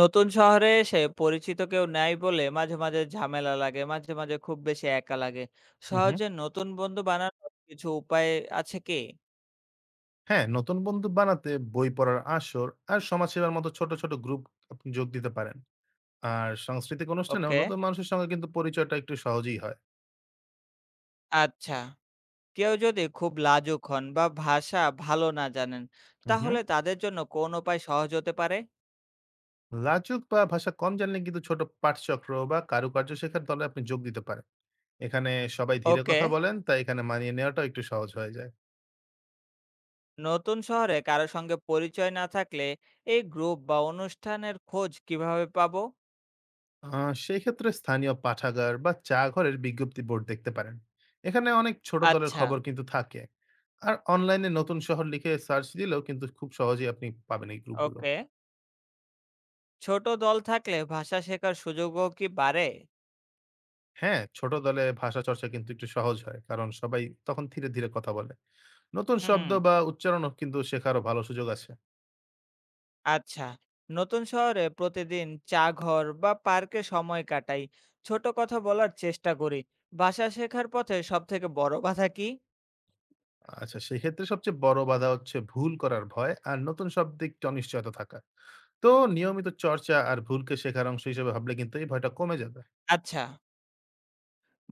নতুন শহরে এসে পরিচিত কেউ নাই বলে মাঝে মাঝে ঝামেলা লাগে, মাঝে মাঝে খুব বেশি একা লাগে। হুম, হুম। সহজে নতুন বন্ধু বানানোর কিছু উপায় আছে কি? হ্যাঁ, নতুন বন্ধু বানাতে বই পড়ার আসর আর সমাজসেবার মতো ছোট, ছোট গ্রুপ আপনি যোগ দিতে পারেন। আর সাংস্কৃতিক অনুষ্ঠানেও ওকে, নতুন মানুষের সঙ্গে কিন্তু পরিচয়টা একটু সহজেই হয়। আচ্ছা। কেউ যদি খুব লাজুক হন বা ভাষা ভালো না জানেন, হুম, হুম। তাহলে তাদের জন্য কোন উপায় সহজ হতে পারে? লাজুক বা ভাষা কম জানলে কিন্তু ছোট পাঠচক্র বা কারুকার্য শেখার দলে আপনি যোগ দিতে পারেন। এখানে সবাই ধীরে ওকে। কথা বলেন, তাই এখানে মানিয়ে নেওয়াটাও একটু সহজ হয়ে যায়। নতুন শহরে কারো সঙ্গে পরিচয় না থাকলে এই গ্রুপ বা অনুষ্ঠানের খোঁজ কিভাবে পাবো? সেই ক্ষেত্রে স্থানীয় পাঠাগার বা চা ঘরের বিজ্ঞপ্তি বোর্ড দেখতে পারেন। এখানে অনেক ছোট দলের আচ্ছা। খবর কিন্তু থাকে। আর অনলাইনে নতুন শহর লিখে সার্চ দিলেও কিন্তু খুব সহজেই আপনি পাবেন এই গ্রুপগুলো। ওকে। ছোট দল থাকলে ভাষা শেখার সুযোগও কি বাড়ে? হ্যাঁ, ছোট দলে ভাষা চর্চা কিন্তু একটু সহজ হয় কারণ সবাই তখন ধীরে ধীরে কথা বলে। নতুন হুম, শব্দ বা উচ্চারণও কিন্তু শেখারও ভালো সুযোগ আছে। আচ্ছা। নতুন শহরে প্রতিদিন চা ঘর বা পার্কে সময় কাটাই, ছোট কথা বলার চেষ্টা করি। ভাষা শেখার পথে সব থেকে বড় বাধা কি? আচ্ছা, সেই ক্ষেত্রে সবচেয়ে বড় বাধা হচ্ছে ভুল করার ভয় আর নতুন শব্দে একটু অনিশ্চয়তা থাকা। তো নিয়মিত চর্চা আর ভুলকে শেখার অংশ হিসেবে ভাবলে কিন্তু এই ভয়টা কমে যাবে। আচ্ছা,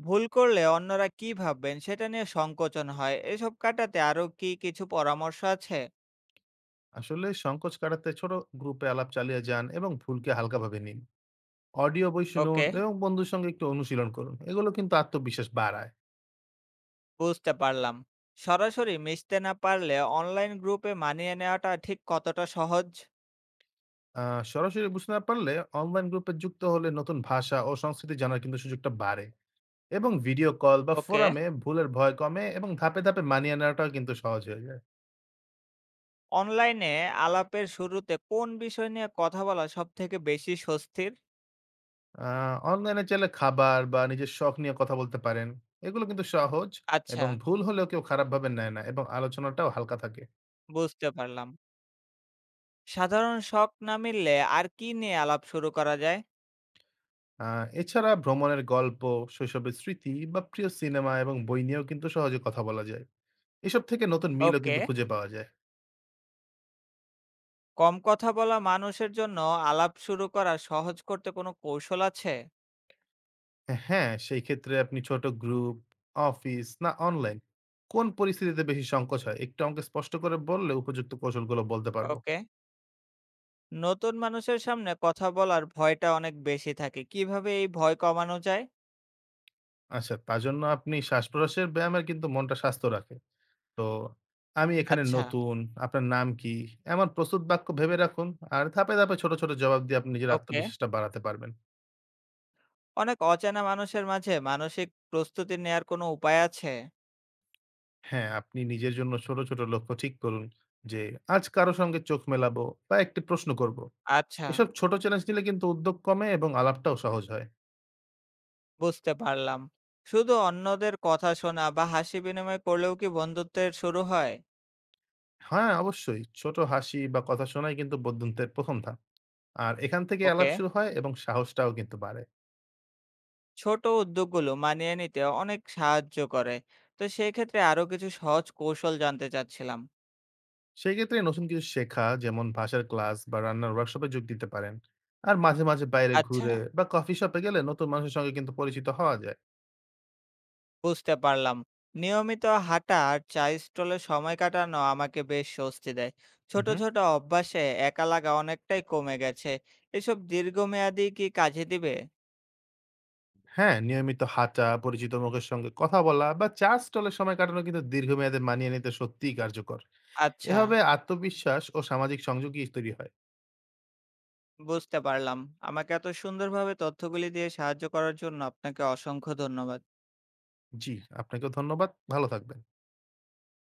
ভুল করলে অন্যরা কি ভাববেন সেটা নিয়ে সংকোচন হয়, এসব কাটাতে আরো কি কিছু পরামর্শ আছে? আসলে সংকোচ কাটাতে ছোট গ্রুপে আলাপ চালিয়ে যান এবং ভুলকে হালকাভাবে নিন। অডিও বই শুনুন ওকে, এবং বন্ধুর সঙ্গে একটু অনুশীলন করুন, এগুলো কিন্তু আত্মবিশ্বাস বাড়ায়। বুঝতে পারলাম। সরাসরি মিশতে না পারলে অনলাইন গ্রুপে মানিয়ে নেওয়াটা ঠিক কতটা সহজ? সরাসরি বুঝতে না পারলে অনলাইন গ্রুপে যুক্ত হলে নতুন ভাষা ও সংস্কৃতি জানার কিন্তু সুযোগটা বাড়ে। এবং ভিডিও কল বা ওকে। ফোরামে ভুলের ভয় কমে এবং ধাপে ধাপে মানিয়ে নেওয়াটাও কিন্তু সহজ হয়ে যায়। অনলাইনে আলাপের শুরুতে কোন বিষয় নিয়ে কথা বলা সব থেকে বেশি স্বস্তির? অনলাইনে চাইলে খাবার বা নিজের শখ নিয়ে কথা বলতে পারেন। এগুলো কিন্তু সহজ আচ্ছা, এবং ভুল হলেও কেউ খারাপভাবে নেয় না এবং আলোচনাটাও হালকা থাকে। বুঝতে পারলাম। সাধারণ শখ না মিললে আর কি নিয়ে আলাপ শুরু করা যায়? আ এছাড়া ভ্রমণের গল্প, শৈশবের স্মৃতি বা প্রিয় সিনেমা এবং বই নিয়েও কিন্তু সহজে কথা বলা যায়। এসব থেকে নতুন মিলও ওকে, কিন্তু খুঁজে পাওয়া যায়। কম কথা বলা মানুষের জন্য আলাপ শুরু করা সহজ করতে কোনো কৌশল আছে? হ্যাঁ, সেই ক্ষেত্রে আপনি ছোট গ্রুপ, অফিস না অনলাইন কোন পরিস্থিতিতে বেশি সংকোচ হয়? একটু আমাকে স্পষ্ট করে বললে উপযুক্ত কৌশলগুলো বলতে পারবো। ওকে, নতুন মানুষের সামনে কথা বলার ভয়টা অনেক বেশি থাকে। কিভাবে এই ভয় কমানো যায়? আচ্ছা, তার জন্য আপনি শ্বাসপ্রশ্বাসের ব্যায়ামের কিন্তু মনটা স্বাস্থ্য রাখে। তো "আমি এখানে আচ্ছা, নতুন, আপনার নাম কি?" এমন প্রস্তুত বাক্য ভেবে রাখুন। আর ধাপে, ধাপে ছোট, ছোট জবাব দিয়ে আপনি নিজের ওকে। আত্মবিশ্বাসটা বাড়াতে পারবেন। অনেক অচেনা মানুষের মাঝে মানসিক প্রস্তুতি নেয়ার কোনো উপায় আছে? হ্যাঁ, আপনি নিজের জন্য ছোট, ছোট লক্ষ্য ঠিক করুন যে, আজ কারো সঙ্গে চোখ মেলাবো বা একটি প্রশ্ন করব। আচ্ছা, এসব ছোট চ্যালেঞ্জ নিলে কিন্তু উদ্যোগ কমে এবং আলাপটাও সহজ হয়। বুঝতে পারলাম। শুধু অন্যদের কথা শোনা বা হাসি বিনিময় করলেও কি বন্ধুত্বের শুরু হয়? হ্যাঁ, অবশ্যই ছোট হাসি বা কথা শোনাই কিন্তু বদন্তের ১ম ধাপ। আর এখান থেকে আলাপ ওকে। শুরু হয় এবং সাহসটাও কিন্তু বাড়ে। ছোট উদ্যোগগুলো মানিয়ে নিতে অনেক সাহায্য করে, তো সেক্ষেত্রে আরো কিছু সহজ কৌশল জানতে চাচ্ছিলাম। সেই ক্ষেত্রে নতুন কিছু শেখা যেমন ভাষার ক্লাস বা রান্নার ওয়ার্কশপে যোগ দিতে পারেন। আর মাঝে, মাঝে বাইরে আচ্ছা, ঘুরে বা কফি শপে গেলে নতুন মানুষের সঙ্গে কিন্তু পরিচিত হওয়া যায়। বুঝতে পারলাম। নিয়মিত হাঁটা আর চা স্টলে সময় কাটানো আমাকে বেশ স্বস্তি দেয়, ছোট উহু। ছোট অভ্যাসে একা লাগা অনেকটাই কমে গেছে। এসব দীর্ঘমেয়াদী কি কাজে দিবে? হ্যাঁ, নিয়মিত হাঁটা, পরিচিত মুখের সঙ্গে কথা বলা বা চা স্টলে সময় কাটানো কিন্তু দীর্ঘমেয়াদে মানিয়ে নিতে সত্যিই কার্যকর। আচ্ছা, এভাবে আত্মবিশ্বাস ও সামাজিক সংযোগই তৈরি হয়। বুঝতে পারলাম। আমাকে এত সুন্দরভাবে তথ্যগুলি দিয়ে সাহায্য করার জন্য আপনাকে অসংখ্য ধন্যবাদ। জি, আপনাকেও ধন্যবাদ। ভালো থাকবেন।